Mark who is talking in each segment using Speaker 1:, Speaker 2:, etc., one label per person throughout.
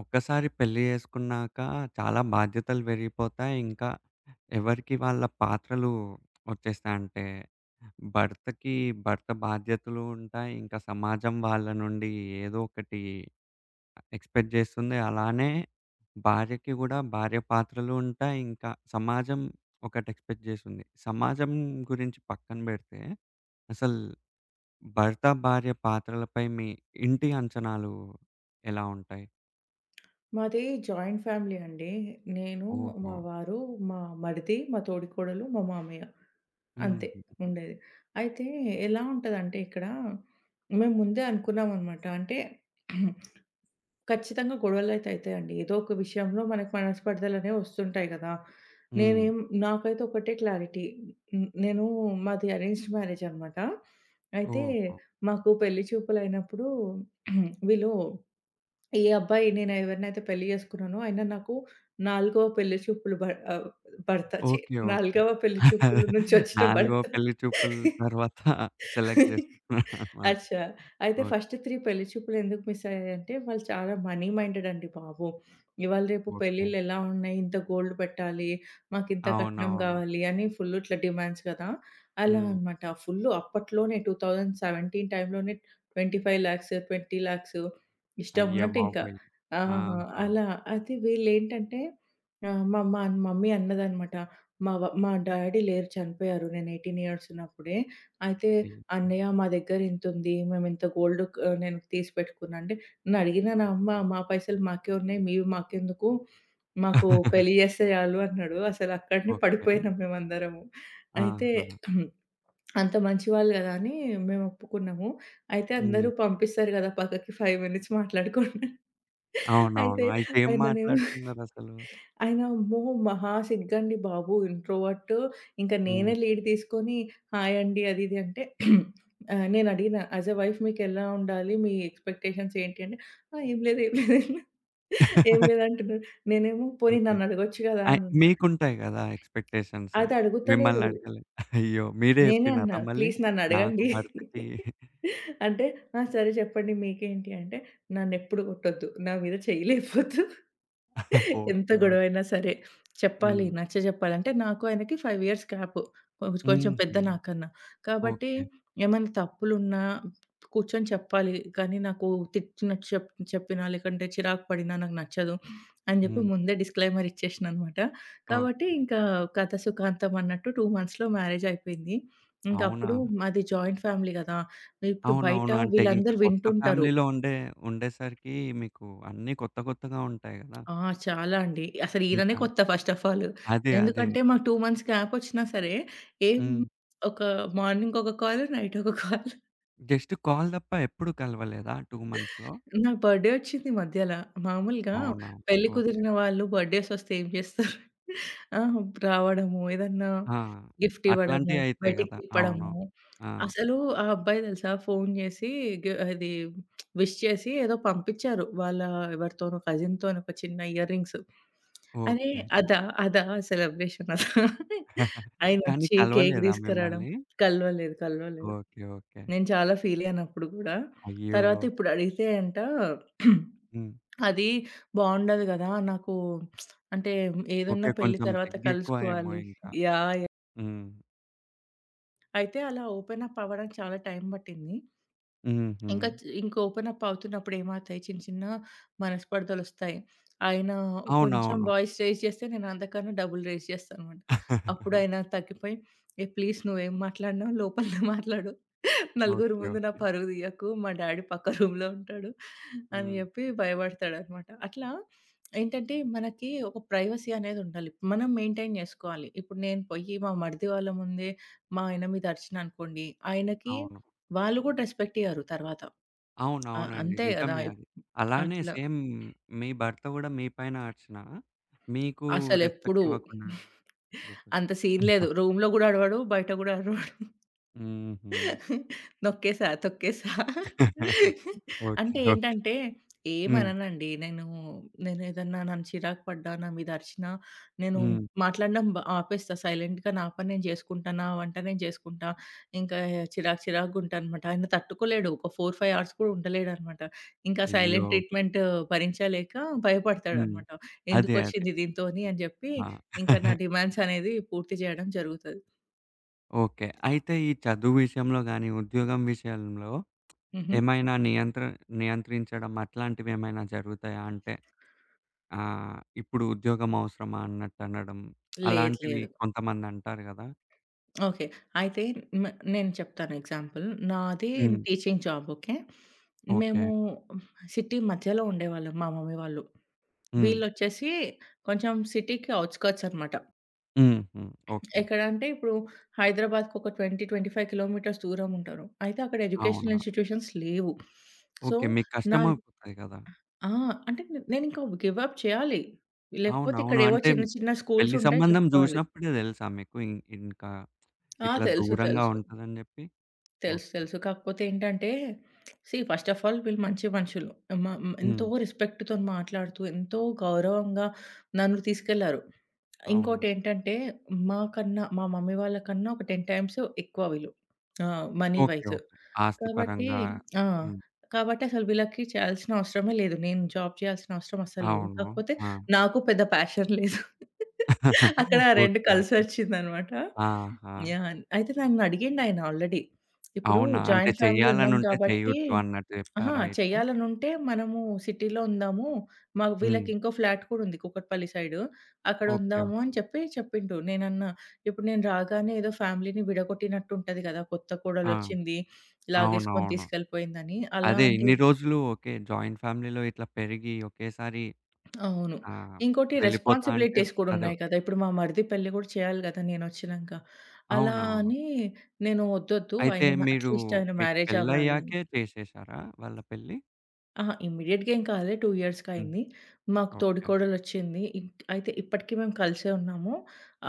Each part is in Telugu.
Speaker 1: ఒక్కసారి పెళ్లి చేసుకున్నాక చాలా బాధ్యతలు పెరిగిపోతాయి. ఇంకా ఎవరికి వాళ్ళ పాత్రలు వచ్చేస్తాయి. అంటే భర్తకి భర్త బాధ్యతలు ఉంటాయి. ఇంకా సమాజం వాళ్ళ నుండి ఏదో ఒకటి ఎక్స్‌పెక్ట్ చేస్తుంది. అలానే భార్యకి గూడా భార్య పాత్రలు ఉంటాయి. ఇంకా సమాజం ఒకటి ఎక్స్‌పెక్ట్ చేస్తుంది. సమాజం గురించి పక్కన పెడితే అసలు భర్త, భార్య పాత్రలపై మీ ఇంటి అంచనాలు ఎలా ఉంటాయి?
Speaker 2: మాది జాయింట్ ఫ్యామిలీ అండి. నేను,
Speaker 1: ఓహో!
Speaker 2: మా వారు, మా మరిది, మా తోడికోడలు, మా మామయ్య. అంతే
Speaker 1: హుహు.
Speaker 2: ఉండేది. అయితే ఎలా ఉంటదంటే ఇక్కడ మేము ముందే అనుకున్నామనమాట. అంటే ఖచ్చితంగా గొడవలైతే అయితాయండి. ఏదో ఒక విషయంలో మనకు మనస్పర్ధలనేవి వస్తుంటాయి గదా!
Speaker 1: హ్మ్.
Speaker 2: నేనేం నాకైతే ఒకటే క్లారిటీ. హ్మ్. మాది అరేంజ్డ్ మ్యారేజ్ అనమాట. అయితే
Speaker 1: ఓహో!
Speaker 2: మాకు పెళ్లి చూపులైనప్పుడు వీళ్ళు ఈ అబ్బాయి నేను ఎవరినైతే పెళ్లి చేసుకున్నానో ఆయన నాకు నాలుగవ పెళ్లి చూపులు ఆహ్, భర్త ఛీ!
Speaker 1: ఓకే. ఓకే.
Speaker 2: నాలుగవ పెళ్లి చూపుల నుంచి వచ్చిన
Speaker 1: నాలుగో
Speaker 2: భర్త.
Speaker 1: పెళ్లి చూపుల తర్వాత సెలెక్ట్ చేసుకున్నారనమాట.
Speaker 2: అచ్చా! అయితే
Speaker 1: ఓకే.
Speaker 2: ఫస్ట్ 3 పెళ్లి చూపులు ఎందుకు మిస్ అయ్యాయంటే, వాళ్ళు చాలా మనీ మైండెడ్ అండి బాబు. ఇవాళ రేపు
Speaker 1: ఓకే.
Speaker 2: పెళ్ళిళ్ళు ఎలా ఉన్నాయి? ఇంత గోల్డ్ పెట్టాలి, మాకింత కట్నం
Speaker 1: అవునవును.
Speaker 2: గావాలి అని ఫుల్ ఇట్లా డిమాండ్స్ కదా! అలా
Speaker 1: హ్మ్.
Speaker 2: అనమాట. ఫుల్ అప్పట్లోనే 2017 టైంలోనే 25,00,000, 20,00,000 ఇష్టం
Speaker 1: అయ్య
Speaker 2: ఉన్నట్టు ఇంకా.
Speaker 1: బాబోయ్!
Speaker 2: ఆ!
Speaker 1: ఆహా!
Speaker 2: అలా అది వీళ్ళేంటంటే మా మా మమ్మీ అన్నదనమాట. మా డాడీ లేరు చనిపోయారు. నేను 18 ఇయర్స్ ఉన్నప్పుడే. అయితే
Speaker 1: అయ్యో!
Speaker 2: అన్నయ్య మా దగ్గర ఇంతుంది. మేమింత గోల్డ్ క్ నేను తీసి పెట్టుకున్నా అంటే, నన్నడిగిన నా అమ్మ మా పైసలు మాకే ఉన్నాయి. మీవి మాకెందుకు? మాకు పెళ్లి చేస్తే చాలు అన్నాడు. అసలు అక్కడనే
Speaker 1: ఓకే.
Speaker 2: పడిపోయినాం మేమందరము. అయితే
Speaker 1: ఆహా!
Speaker 2: అంత మంచి వాళ్ళు కదా! అని మేము ఒప్పుకున్నాము. అయితే
Speaker 1: హ్మ్.
Speaker 2: అందరూ పంపిస్తారు కదా! పక్కకి 5 మినిట్స్ మాట్లాడుకోండి.
Speaker 1: అవునవును.
Speaker 2: అయితే
Speaker 1: అయితే ఏం
Speaker 2: ఆయననేమో
Speaker 1: మాట్లాడుకున్నారసలు?
Speaker 2: ఆయన అమ్మో! మహా సిగ్గండి బాబు ఇంట్రోవర్ట్. ఇంక
Speaker 1: హ్మ్.
Speaker 2: నేనే లీడ్ తీసుకొని హాయ్ అండి అది ఇది అంటే నేను అడిగిన యాస్ ఎ వైఫ్ మీకెలా ఉండాలి? మీ ఎక్స్‌పెక్టేషన్స్ ఏంటి? అంటే ఆ! ఏం లేదు, ఏం లేదు, ఏం లేదు ఏం లేదు అంటున్నాడు. నేనేమో పోనీ
Speaker 1: ఓకే.
Speaker 2: నన్ను అడగొచ్చు కదా!
Speaker 1: అయ్
Speaker 2: అని అన్నా.
Speaker 1: మీకుంటాయి గదా! ఎక్స్‌పెక్టేషన్స్.
Speaker 2: అది
Speaker 1: మిమ్మల్ని
Speaker 2: అడుగుతలేడు.
Speaker 1: అడగలే. అయ్యో! మీరే
Speaker 2: నేనే
Speaker 1: చెప్పినారా
Speaker 2: అన్నా
Speaker 1: మళ్ళీ?
Speaker 2: ప్లీజ్ నన్ను
Speaker 1: నాకు
Speaker 2: అడగండి.
Speaker 1: భర్తకి
Speaker 2: అంటే ఆ! సరే చెప్పండి మీకేంటి? అంటే నన్నెప్పుడు కొట్టొద్దు. నా మీద చెయ్యి లేపొద్దు. ఎంత
Speaker 1: ఓకే. ఓకే.
Speaker 2: గొడవైనా సరే చెప్పాలి,
Speaker 1: హ్మ్.
Speaker 2: నచ్చజెప్పాలి. అంటే నాకు ఆయనకి 5 ఇయర్స్ గ్యాప్. కొంచెం కొంచెం
Speaker 1: హుహు.
Speaker 2: పెద్ద నాకన్నా. కాబట్టి
Speaker 1: ఓకే.
Speaker 2: ఏమైనా తప్పులున్నా కూర్చొని చెప్పాలి. కానీ నాకు తిట్టినట్టు చెప్పినా, లేకంటే చిరాకు పడినా నాకు నచ్చదు అని జెప్పి
Speaker 1: హ్మ్.
Speaker 2: ముందే డిస్క్లైమర్ ఇచ్చేసినా అనమాట. కాబట్టి
Speaker 1: ఓకే.
Speaker 2: ఇంకా కథ సుఖాంతం అన్నట్టు 2 మంత్స్‌లో మ్యారేజ్ అయిపోయింది.
Speaker 1: అవునా?
Speaker 2: ఇంకప్పుడు మాది జాయింట్ ఫ్యామిలీ గదా! ఇప్పుడు బయట
Speaker 1: అవునవును. అంటే ఇంకా
Speaker 2: వీళ్ళందరూ
Speaker 1: కొత్త
Speaker 2: వింటుంటారు.
Speaker 1: ఫ్యామిలీలో ఉండే ఉండేసరికి మీకు అన్నీ కొత్త కొత్తగా ఉంటాయి గదా!
Speaker 2: ఆ! చాలా అండి. అసలు ఈయననే
Speaker 1: ఇంకా
Speaker 2: కొత్త ఫస్ట్ ఆఫ్ ఆల్.
Speaker 1: అదే.
Speaker 2: ఎందుకంటే మాకు 2 మంత్స్ గ్యాప్ వచ్చినా సరే, ఏం
Speaker 1: హ్మ్.
Speaker 2: ఒక మార్నింగ్ ఒక కాల్, నైట్ ఒక కాల్.
Speaker 1: జస్ట్ కాల్ తప్ప ఎప్పుడు కలవలేదా 2 మంత్స్‌లో?
Speaker 2: నా బర్త్‌డే వచ్చింది మధ్యల. మామూలుగా
Speaker 1: అవునా?
Speaker 2: పెళ్లి
Speaker 1: ఓకే.
Speaker 2: కుదిరిన వాళ్ళు బర్త్‌డేస్ వస్తే ఏం చేస్తారు? ఆ! రావడము, ఏదన్నా
Speaker 1: ఆ!
Speaker 2: గిఫ్ట్ ఇవ్వడము,
Speaker 1: అట్లాంటియి అయితాయి
Speaker 2: బయటికి
Speaker 1: గదా! అవును.
Speaker 2: తిప్పడము.
Speaker 1: ఆ!
Speaker 2: అసలు ఆ అబ్బాయి తెలుసా ఫోను చేసి గి అది విష్ చేసి ఏదో పంపించారు. వాళ్ళ ఎవరితోనో కజిన్‌తోని ఒక చిన్న ఇయర్ రింగ్స్. అరే!
Speaker 1: ఓకే.
Speaker 2: అదా? అదా? సెలబ్రేషన్ అదా?
Speaker 1: కానీ
Speaker 2: ఆయనొచ్చి కేక్
Speaker 1: కలవలేదా
Speaker 2: తీసుకురావడం.
Speaker 1: మిమ్మల్ని?
Speaker 2: కలవలేదు. కలవలేదు.
Speaker 1: ఓకే. ఓకే.
Speaker 2: నేను చాలా ఫీలయ్యాను అప్పుడు గూడా.
Speaker 1: అయ్యో!
Speaker 2: తర్వాత ఇప్పుడు అడిగితే
Speaker 1: హ్మ్.
Speaker 2: అది బావుండదు గదా! నాకు అంటే
Speaker 1: ఓకే.
Speaker 2: ఏదున్నా పెళ్లి
Speaker 1: కొంచెం
Speaker 2: తర్వాత
Speaker 1: సిగ్గెక్కువ ఏమో
Speaker 2: కలుసుకోవాలి.
Speaker 1: ఇంకా.
Speaker 2: యాహ్! యాహ్!
Speaker 1: హ్మ్.
Speaker 2: అయితే అలా ఓపెన్ అప్ అవ్వడానికి చాలా టైం పట్టింది.
Speaker 1: హుహు.
Speaker 2: ఇంకా ఓపెన్ అప్ అవుతున్నప్పుడు ఏమవుతాయి చిన్న చిన్న మనస్పర్ధలొస్తాయి. ఆయన కొంచెం
Speaker 1: అవునవును.
Speaker 2: వాయిస్ రైజ్ చేస్తే నేను అంతకన్నా డబుల్ రైజ్ చేస్తానన్నమాట. అప్పుడు ఆయన తగ్గిపోయి, "ఏ ప్లీజ్ నువ్వేం మాట్లాడినా లోపలనే మాట్లాడు. నలుగురు
Speaker 1: ఓకే.
Speaker 2: ముందు నా
Speaker 1: ఓకే.
Speaker 2: పరువు తీయకు. మా డ్యాడీ పక్క రూమ్‌లో ఉంటాడు" అని
Speaker 1: హ్మ్.
Speaker 2: చెప్పి భయపడతాడన్నమాట. అట్లా ఏంటంటే మనకి ఒక ప్రైవసీ అనేది ఉండాలి. మనం మెయింటైన్ చేసుకోవాలి. ఇప్పుడు నేను పోయి మా మరిది వాళ్ళ ముందే మా ఆయన మీద అరిచినా అనుకోండి, ఆయనకి
Speaker 1: అవును.
Speaker 2: వాళ్ళు కూడా రెస్పెక్ట్ ఇయ్యరు తర్వాత. ఆ!
Speaker 1: అవునవునండి.
Speaker 2: అంతే గదా!
Speaker 1: నిజమే అది. అలానే
Speaker 2: అట్లా.
Speaker 1: సేమ్ మీ భర్త గూడా మీ పైన అరిచినా, మీకు రెస్పెక్ట్
Speaker 2: అసలెప్పుడు
Speaker 1: ఇవ్వకుండా పోతది.
Speaker 2: అంత సీన్ లేదు. రూమ్‌లో గూడా అరవడు. బయట గూడా అరవడు.
Speaker 1: హుహు.
Speaker 2: నొక్కేసా, తొక్కేసా.
Speaker 1: ఓకే.
Speaker 2: అంటే
Speaker 1: ఓకే.
Speaker 2: ఏంటంటే,
Speaker 1: హ్మ్.
Speaker 2: ఏమననండి. నేనేదన్నా నన్ను చిరాకు పడ్డా, నా మీద అరిచినా, నేను
Speaker 1: హ్మ్.
Speaker 2: మాట్లాడడం ఆపేస్తా. సైలెంట్‌గా నా పని నేను చేసుకుంటా. నా వంట నేను చేసుకుంటా. ఇంకా చిరాకు చిరాకుగుంటా అనమాట. ఆయన తట్టుకోలేడు. ఒక 4, 5 అవర్స్ కూడా ఉండలేడనమాట. ఇంకా
Speaker 1: అయ్యో!
Speaker 2: సైలెంట్ ట్రీట్‌మెంట్ భరించలేక
Speaker 1: హ్మ్.
Speaker 2: భయపడతాడనమాట.
Speaker 1: అదే.
Speaker 2: ఎందుకొచ్చింది దీంతోని అని జెప్పి,
Speaker 1: ఆ!
Speaker 2: ఇంకా నా డిమాండ్స్ అనేది పూర్తి జేయడం జరుగుతది.
Speaker 1: ఓకే. అయితే ఈ చదువు విషయంలో గాని, ఉద్యోగం విషయంలో
Speaker 2: హుహు.
Speaker 1: ఏమైనా నియంత్రించడం అట్లాంటివేమైనా జరుగుతాయా? అంటే ఆ! ఇప్పుడు ఉద్యోగం అవసరమా అన్నట్టనడం.
Speaker 2: లేదు.
Speaker 1: అలాంటివి
Speaker 2: లేదు.
Speaker 1: కొంతమందంటారు గదా!
Speaker 2: ఓకే. అయితే మ నేను చెప్తాను ఎగ్జాంపుల్. నాది
Speaker 1: హ్మ్.
Speaker 2: Teaching job okay.
Speaker 1: ఓకే.
Speaker 2: మేము సిటీ మధ్యలో ఉండేవాళ్ళం మా మమ్మీ వాళ్ళు.
Speaker 1: హ్మ్.
Speaker 2: వీళ్ళొచ్చేసి కొంచెం సిటీకి ఔట్‌స్కర్ట్స్ అనమాట.
Speaker 1: హుహు. ఓకే.
Speaker 2: ఎక్కడంటే ఇప్పుడు హైదరాబాద్‌కి ఒక 20, 25 కిలోమీటర్స్ దూరం ఉంటారు. అయితే అక్కడ ఎడ్యుకేషనల్
Speaker 1: అవునా!
Speaker 2: ఇన్‌స్టిట్యూషన్స్ లేవు. So,
Speaker 1: okay. మీకు
Speaker 2: నా
Speaker 1: కష్టమైపోతది గదా!
Speaker 2: ఆ! అంటే నేనింకా గివ్ అప్ చేయాలి. లేకపోతే
Speaker 1: అవునవును.
Speaker 2: ఇక్కడేవో
Speaker 1: అంటే
Speaker 2: చిన్న చిన్న స్కూల్స్
Speaker 1: పెళ్లి
Speaker 2: ఉంటాయి
Speaker 1: సంబంధం
Speaker 2: చెప్పుకోవాలి.
Speaker 1: జూసినప్పుడే దెలుసా మీకు ఇంకా
Speaker 2: ఆ!
Speaker 1: ఇట్లా
Speaker 2: తెలుసు.
Speaker 1: దూరంగా
Speaker 2: తెలుసు.
Speaker 1: ఉంటదని జెప్పి?
Speaker 2: తెలుసు.
Speaker 1: ఓకే.
Speaker 2: తెలుసు. కాకపోతే ఏంటంటే సీ ఫస్ట్ ఆఫ్ ఆల్ వీళ్ళు మంచి మనుషులు. మ మ- ఎంతో
Speaker 1: హ్మ్.
Speaker 2: రెస్పెక్ట్‌తోని మాట్లాడుతూ, ఎంతో గౌరవంగా నన్ను తీసుకెళ్లారు.
Speaker 1: అవును.
Speaker 2: ఇంకోటేంటంటే, మాకన్నా మా కన్నా మా మమ్మీ వాళ్ళ కన్నా ఒక 10 టైమ్స్ ఎక్కువ వీళ్ళు. ఆహ్, మనీ
Speaker 1: ఓకే.
Speaker 2: వైస్.
Speaker 1: ఓకే. ఆస్తి
Speaker 2: కాబట్టి
Speaker 1: పరంగా
Speaker 2: ఆ!
Speaker 1: హ్మ్.
Speaker 2: కాబట్టి అసలు వీళ్ళకి చేయాల్సిన అవసరమే లేదు. నేను జాబ్ చేయాల్సిన అవసరం అస్సలు లేదు.
Speaker 1: అవును.
Speaker 2: కాకపోతే
Speaker 1: ఆ!
Speaker 2: నాకు పెద్ద ప్యాషన్ లేదు. అక్కడ ఆ 2
Speaker 1: ఓకే. ఓకే.
Speaker 2: కలిసొచ్చిందనమాట.
Speaker 1: ఆహా!
Speaker 2: యాహ్! అయితే నన్నడిగిండాయన ఆల్రెడీ. ఇప్పుడు
Speaker 1: అవునా! అంటే
Speaker 2: జాయింట్ ఫ్యామిలీ ఉన్నాం
Speaker 1: చేయాలనుంటే
Speaker 2: కాబట్టి
Speaker 1: చేయొచ్చు అన్నట్టు
Speaker 2: అహా!
Speaker 1: జెప్పారా ఇట్లా?
Speaker 2: చేయాలనుంటే మనము సిటీలో ఉందాము.
Speaker 1: హ్మ్.
Speaker 2: వీళ్ళకి ఇంకో ఫ్లాట్ కూడా ఉంది కూకట్పల్లి సైడు. అక్కడ
Speaker 1: ఓకే. ఓకే.
Speaker 2: ఉందాము అని చెప్పిండు. నేనన్నా, ఇప్పుడు నేను రాగానే ఏదో ఫ్యామిలీని విడగొట్టినట్టు ఉంటది కదా! కొత్త
Speaker 1: ఆ!
Speaker 2: కోడలొచ్చింది, లాగేసుకొని
Speaker 1: అవునవును.
Speaker 2: తీసుకెళ్ళిపోయిందని. అలా
Speaker 1: అదే
Speaker 2: అంటే
Speaker 1: ఇన్ని రోజులు ఓకే. జాయింట్ ఫ్యామిలీలో ఇట్లా పెరిగి ఒకేసారి
Speaker 2: అవును.
Speaker 1: ఆహ్,
Speaker 2: ఇంకోటి
Speaker 1: వెళ్ళిపోతా అంటే
Speaker 2: రెస్పాన్సిబిలిటీస్ కూడా
Speaker 1: అదో
Speaker 2: ఉన్నాయి కదా! ఇప్పుడు మా మరిది పెళ్లి కూడా చేయాలి కదా! నేనొచ్చినంక. అలా
Speaker 1: అవునవును.
Speaker 2: అని నేను వద్దొద్దు
Speaker 1: అయితే
Speaker 2: ఆయన మ
Speaker 1: మీరు
Speaker 2: అట్‌లీస్ట్ ఆయన
Speaker 1: మీకు
Speaker 2: మ్యారేజ్ అవ్వాలి.
Speaker 1: పెళ్లయ్యాకే చేసేసారా వాళ్ళ పెళ్లి?
Speaker 2: అహా! ఇమ్మీడియేట్‌గా ఏం కాలే. 2 ఇయర్స్‌కి
Speaker 1: హ్మ్.
Speaker 2: అయింది. మాకు
Speaker 1: ఓకే.
Speaker 2: తోడికోడలొచ్చింది. అయితే ఇప్పటికి మేము కలిసే ఉన్నాము.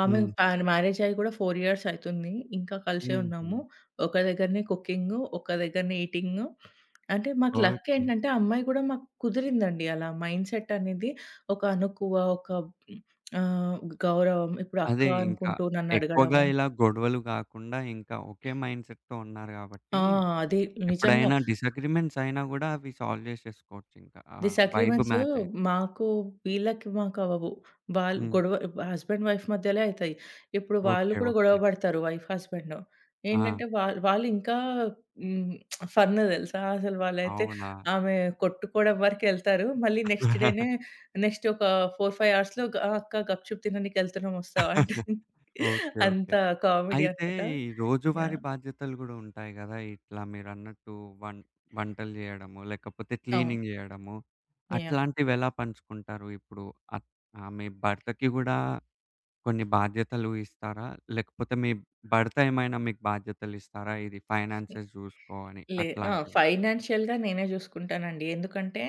Speaker 2: ఆమె ఓకే.
Speaker 1: హ్మ్.
Speaker 2: మ్యారేజ్ అయ్యి కూడా 4 ఇయర్స్ అయితుంది. ఇంకా కలిసే
Speaker 1: హుహు.
Speaker 2: ఉన్నాము. ఒక దగ్గరనే కుకింగు, ఒక దగ్గరనే ఈటింగు. అంటే మాకు లక్
Speaker 1: ఓకే.
Speaker 2: ఏంటంటే ఆ అమ్మాయి కూడా మాకు కుదిరిందండి అలా. మైండ్ సెట్ అనేది ఒక అణకువ, ఒక ఆహ్, గౌరవం. ఇప్పుడు అక్క
Speaker 1: అదే ఇంకా
Speaker 2: అనుకుంటూ నన్ను
Speaker 1: ఎక్కువగా
Speaker 2: అడగడము.
Speaker 1: ఇలా గొడవలు గాకుండా ఇంకా ఒకే మైండ్ సెట్‌తో ఉన్నారు
Speaker 2: ఆ!
Speaker 1: గాబట్టి,
Speaker 2: అదే నిజంగా.
Speaker 1: ఎప్పుడైనా డిసగ్రీమెంట్స్ అయినా గూడా అవి సాల్వ్ జేసేసుకోవచ్చింకా. ఆ వైబ్
Speaker 2: డిసగ్రీమెంట్స్
Speaker 1: మ్యాచ్ అయితే.
Speaker 2: మాకు వీళ్ళకి మాకు అవ్వవు. వాళ్ళు
Speaker 1: హ్మ్.
Speaker 2: గొడవ హస్బెండ్, వైఫ్ మధ్యలే అయితాయి. ఇప్పుడు వాళ్ళు
Speaker 1: ఓకే.
Speaker 2: కూడా
Speaker 1: ఓకే.
Speaker 2: గొడవ పడతారు వైఫ్, హస్బెండ్.
Speaker 1: ఆ!
Speaker 2: ఏంటంటే వాళ్ళు ఇంకా హ్మ్. ఫన్ తెలుసా? అసలు వాళ్ళైతే
Speaker 1: అవునా?
Speaker 2: ఆమె కొట్టుకోవడం వరకెళ్తారు. మళ్ళీ నెక్స్ట్ డేనే ఒక 4, 5 అవర్స్‌లో "గా అక్క గప్‌చుప్ తిననీకి ఎళ్తున్నాం వస్తావా?" అంటారు.
Speaker 1: ఓకే.
Speaker 2: అంత
Speaker 1: ఓకే.
Speaker 2: కామెడీ
Speaker 1: అయితే
Speaker 2: అన్నమాట.
Speaker 1: ఈ రోజువారీ
Speaker 2: యాహ్!
Speaker 1: బాధ్యతలు గూడా ఉంటాయి గదా! ఇట్లా మీరన్నట్టు వం వంటలు జేయడము, లేకపోతే
Speaker 2: అవును.
Speaker 1: క్లీనింగ్ జేయడము.
Speaker 2: యాహ్!
Speaker 1: అట్లాంటివెలా పంచుకుంటారు? ఇప్పుడు అత్ ఆహ్, మీ భర్తకి గూడా కొన్ని బాధ్యతలు ఇస్తారా? లేకపోతే మీ భర్త ఏమైనా మీకు బాధ్యతలిస్తారా? ఇది ఫైనాన్సెస్ జూసుకో అని
Speaker 2: లే ఆ!
Speaker 1: అట్లాంటివి?
Speaker 2: ఫైనాన్షియల్‌గా నేనే జూసుకుంటానండి. ఎందుకంటే,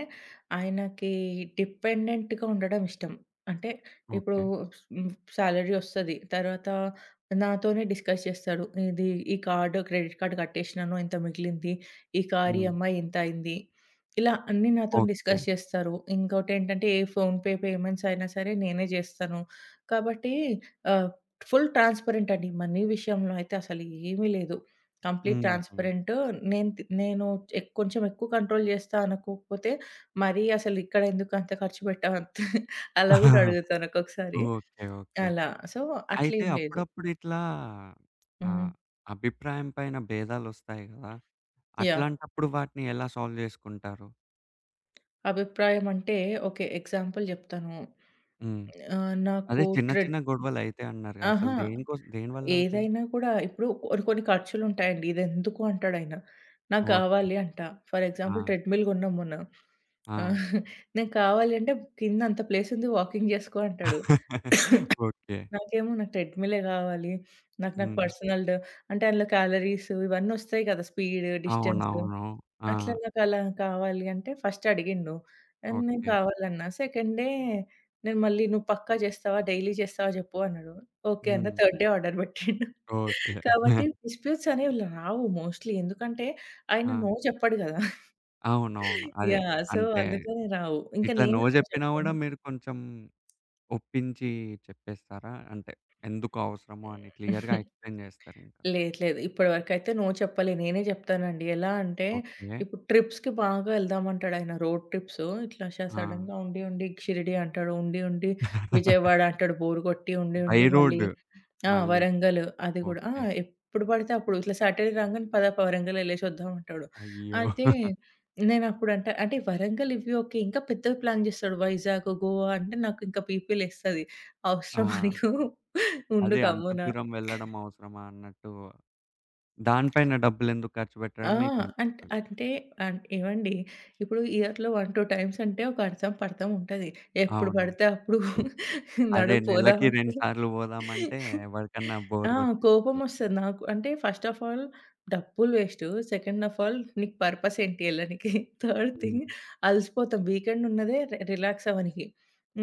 Speaker 2: ఆయనకి డిపెండెంట్‌గా ఉండడం ఇష్టం. అంటే ఇప్పుడు
Speaker 1: ఓకే.
Speaker 2: హ్మ్, సాలరీ ఒస్తది. తర్వాత నాతోనే డిస్కస్ చేస్తాడు. ఇది ఈ కార్డ్ క్రెడిట్ కార్డ్ కట్టేసినాను, ఇంత మిగిలింది. ఈ కార్
Speaker 1: హ్మ్.
Speaker 2: ఈఎంఐ ఇంత అయింది. ఇలా అన్నీ నాతోని
Speaker 1: ఓకే.
Speaker 2: డిస్కస్ చేస్తారు. ఇంకోటేంటంటే, ఏ ఫోన్‌పే పేమెంట్స్ అయినా సరే నేనే జేస్తాను. కాబట్టి ఆహ్, ఫుల్ ట్రాన్స్‌పరెంట్ అండి. మనీ విషయంలో అయితే అసలు ఏమీ లేదు. కంప్లీట్
Speaker 1: హుహు.
Speaker 2: ట్రాన్స్‌పరెంట్. నేను కొంచెం ఎక్కువ కంట్రోల్ చేస్తా అనుకోకపోతే, మరీ అసలు ఇక్కడ ఎందుకు అంత ఖర్చు పెట్టావు అంత అలా కూడా అడుగుతాను ఒక్కొక్కసారి.
Speaker 1: ఓకే. ఓకే.
Speaker 2: అలా. సో,
Speaker 1: అయితే
Speaker 2: అట్లేం లేదు.
Speaker 1: అప్పుడప్పుడు ఇట్లా
Speaker 2: హ్మ్.
Speaker 1: ఆహ్, అభిప్రాయం పైన భేదాలొస్తాయి గదా!
Speaker 2: యాహ్!
Speaker 1: అట్లాంటప్పుడు వాటిని ఎలా సాల్వ్ జేసుకుంటారు?
Speaker 2: అభిప్రాయం అంటే ఓకే. ఎగ్జాంపుల్ చెప్తాను.
Speaker 1: హ్మ్.
Speaker 2: ఆహ్,
Speaker 1: అదే
Speaker 2: నాకు
Speaker 1: చిన్న
Speaker 2: ట్రెడ్
Speaker 1: చిన్న గొడవలయితాయి అన్నారు గదా! అసలు
Speaker 2: అహా!
Speaker 1: దేనికోసం దేనివల్లవుతాయి?
Speaker 2: ఏదైనా కూడా ఇప్పుడు కొన్ని కొన్ని ఖర్చులుంటాయండి. "ఇదెందుకు?" అంటాడాయన. "నాకు
Speaker 1: ఓకే.
Speaker 2: గావాలి" అంటా. ఫర్
Speaker 1: ఆ!
Speaker 2: ఎగ్జాంపుల్ ట్రెడ్‌మిల్ గొన్నాం మొన్న.
Speaker 1: ఆ!
Speaker 2: ఆ! "నాకు కావాలి" అంటే, "కింద అంత ప్లేసుంది వాకింగ్ జేసుకో" అంటాడు.
Speaker 1: ఓకే.
Speaker 2: నాకేమో నాకు ట్రెడ్‌మిలే గావాలి. నాకు నాకు
Speaker 1: హ్మ్.
Speaker 2: అంటే అందులో క్యాలరీస్ ఇవన్నీ ఒస్తాయి గదా! Speed, distance.
Speaker 1: అవునవును. ఆ!
Speaker 2: అట్లా నాకలా కావాలి అంటే ఫస్ట్ అడిగిండు. అండ్ నేను
Speaker 1: ఓకే.
Speaker 2: కావాలన్నా. సెకండ్ డే నేను మళ్ళీ "నువ్వు పక్కా చేస్తావా? డైలీ చేస్తావా చెప్పు" అన్నాడు. ఓకే అన్న.
Speaker 1: హ్మ్.
Speaker 2: థర్డ్ డే ఆర్డర్ పెట్టిండు.
Speaker 1: ఓకే.
Speaker 2: కాబట్టి డిస్ప్యూట్స్ అనేవి రావు మోస్ట్‌లీ. ఎందుకంటే ఆయన
Speaker 1: ఆ!
Speaker 2: నో చెప్పడు కదా!
Speaker 1: అవునవును. అదే.
Speaker 2: యాహ్! సో,
Speaker 1: అంటే
Speaker 2: అందుకని రావు. ఇంకా
Speaker 1: ఇట్లా నో
Speaker 2: నేను నో
Speaker 1: జెప్పినా గూడా
Speaker 2: చెప్తాను.
Speaker 1: మీరు కొంచెం ఒప్పించి చెప్పేస్తారా? అంటే ఎందుకు అవసరమో అని క్లియర్‌గా ఎక్స్‌ప్లెయిన్ చేస్తారింక.
Speaker 2: లేదు. లేదు. ఇప్పటివరకైతే నో చెప్పలే. నేనే జెప్తానండి. ఎలా అంటే,
Speaker 1: ఓకే.
Speaker 2: ఇప్పుడు ట్రిప్స్‌కి బాగా ఎళ్దామంటాడాయన. Road trips. ఇట్లా ష
Speaker 1: ఆ!
Speaker 2: సడెన్‌గా ఉండి, ఉండి షిరిడి అంటాడు. ఉండి, ఉండి విజయవాడ అంటాడు. బోర్ గొట్టి ఉండి,
Speaker 1: బై
Speaker 2: ఉండి మళ్ళీ
Speaker 1: రోడ్
Speaker 2: ఆ!
Speaker 1: మళ్ళీ.
Speaker 2: వరంగల్ అది గూడా. ఆ!
Speaker 1: ఓకే.
Speaker 2: ఎప్పుడు పడితే అప్పుడు ఇట్లా సాటర్‌డే రాంగానే పద పద వరంగల్ ఎళ్ళేసొద్దాం అంటాడు.
Speaker 1: అయ్యో!
Speaker 2: అయితే అంటే వరంగల్ ఇవి ఓకే. ఇంకా పెద్దవి ప్లాన్ జేస్తాడు. వైజాగ్, గోవా అంటే నాకు ఇంకా పీపీ లేస్తది.
Speaker 1: ఆ!
Speaker 2: అవసరమా నీకు? ఉండు
Speaker 1: అదే అంత
Speaker 2: గమ్మున
Speaker 1: దూరం వెళ్ళడం అవసరమా అన్నట్టు దానిపైన డబ్బులెందుకు ఖర్చు పెట్టడం
Speaker 2: ఆ! అంట్
Speaker 1: మీకనిపిస్తది.
Speaker 2: అంటే అన్ ఏవండీ ఇప్పుడు ఇయర్‌లో 1, 2 టైమ్స్ అంటే ఒక అర్థం, పర్థం ఉంటది. ఎప్పుడు
Speaker 1: అవును.
Speaker 2: పడితే అప్పుడు
Speaker 1: అదే
Speaker 2: నడు
Speaker 1: నెలకి 2
Speaker 2: పోదామంటే
Speaker 1: సార్లు పోదామంటే ఎవరికన్నా
Speaker 2: ఆ!
Speaker 1: బోర్ కొట్టేస్తది.
Speaker 2: కోపమొస్తది నాకు. అంటే ఫస్ట్ ఆఫ్ ఆల్ డబ్బులు వేస్టు. సెకండ్ ఆఫ్ ఆల్ నీకు పర్పస్ ఏంటి యెళ్ళనికి? Third
Speaker 1: hmm.
Speaker 2: థింగ్ అలసిపోతాం. వీకెండ్ ఉన్నదే రిలాక్స్ అవ్వనికి.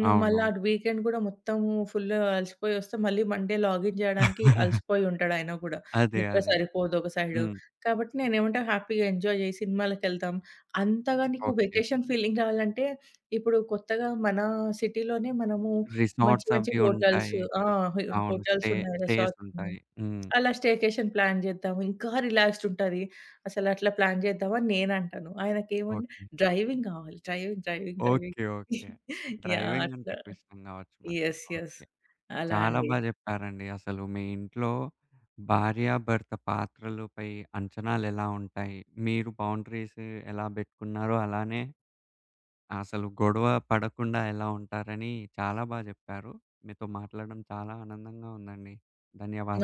Speaker 2: నువ్వు
Speaker 1: అవును.
Speaker 2: మళ్ళా అటు వీకెండ్ గూడా మొత్తము ఫుల్లు అలసిపోయొస్తే మళ్ళీ మండే లాగిన్ జేయడానికి అలసిపోయి ఉంటాడాయన గూడా.
Speaker 1: అదే.
Speaker 2: నిద్ర
Speaker 1: అదే.
Speaker 2: సరిపోదు ఒక సైడు.
Speaker 1: హ్మ్.
Speaker 2: కాబట్టి నేనేమంటే హ్యాపీగా ఎంజాయ్ జేసి సినిమాలకెళ్తాం. అంతగా నీకు
Speaker 1: ఓకే.
Speaker 2: వెకేషన్ ఫీలింగ్ రావాలంటే ఇప్పుడు కొత్తగా మన సిటీలోనే మనము మంచి
Speaker 1: రిసార్ట్స్
Speaker 2: మంచి
Speaker 1: అవి
Speaker 2: హోటల్స్
Speaker 1: ఉంటాయి.
Speaker 2: ఆ!
Speaker 1: అవును.
Speaker 2: హోటల్స్ ఉన్నాయి.
Speaker 1: స్టేస్
Speaker 2: రిసార్ట్స్ ఉన్నాయి.
Speaker 1: ఉంటాయి. హ్మ్.
Speaker 2: అలా స్టేకేషన్ ప్లాన్ జేద్దాం. ఇంకా రిలాక్స్డ్ ఉంటది. అసలు అట్లా ప్లాన్ చేద్దాం అని నేనంటాను. ఆయనకేమంటే
Speaker 1: ఓకే.
Speaker 2: డ్రైవింగ్ కావాలి. Driving, driving, driving.
Speaker 1: Okay. Okay.
Speaker 2: Yeah!
Speaker 1: Driving అంటే
Speaker 2: అట్లా.
Speaker 1: ఎక్కువ ఇష్టం గావచ్చు మళ్ళీ.
Speaker 2: యెస్. యెస్.
Speaker 1: ఓకే.
Speaker 2: అలా
Speaker 1: చాలా
Speaker 2: అండి.
Speaker 1: బా జెప్పారండి. అసలు మీ ఇంట్లో భార్యాభర్త పాత్రలపై అంచనాలెలా ఉంటాయి? మీరు బౌండరీస్ ఎలా బెట్టుకున్నారో, అలానే అసలు గొడవ పడకుండా ఎలా ఉంటారని చాలా బా జెప్పారు. మీతో మాట్లాడడం చాలా ఆనందంగా ఉందండి.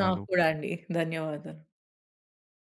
Speaker 2: నాకు కూడా అండి. ధన్యవాదాలు.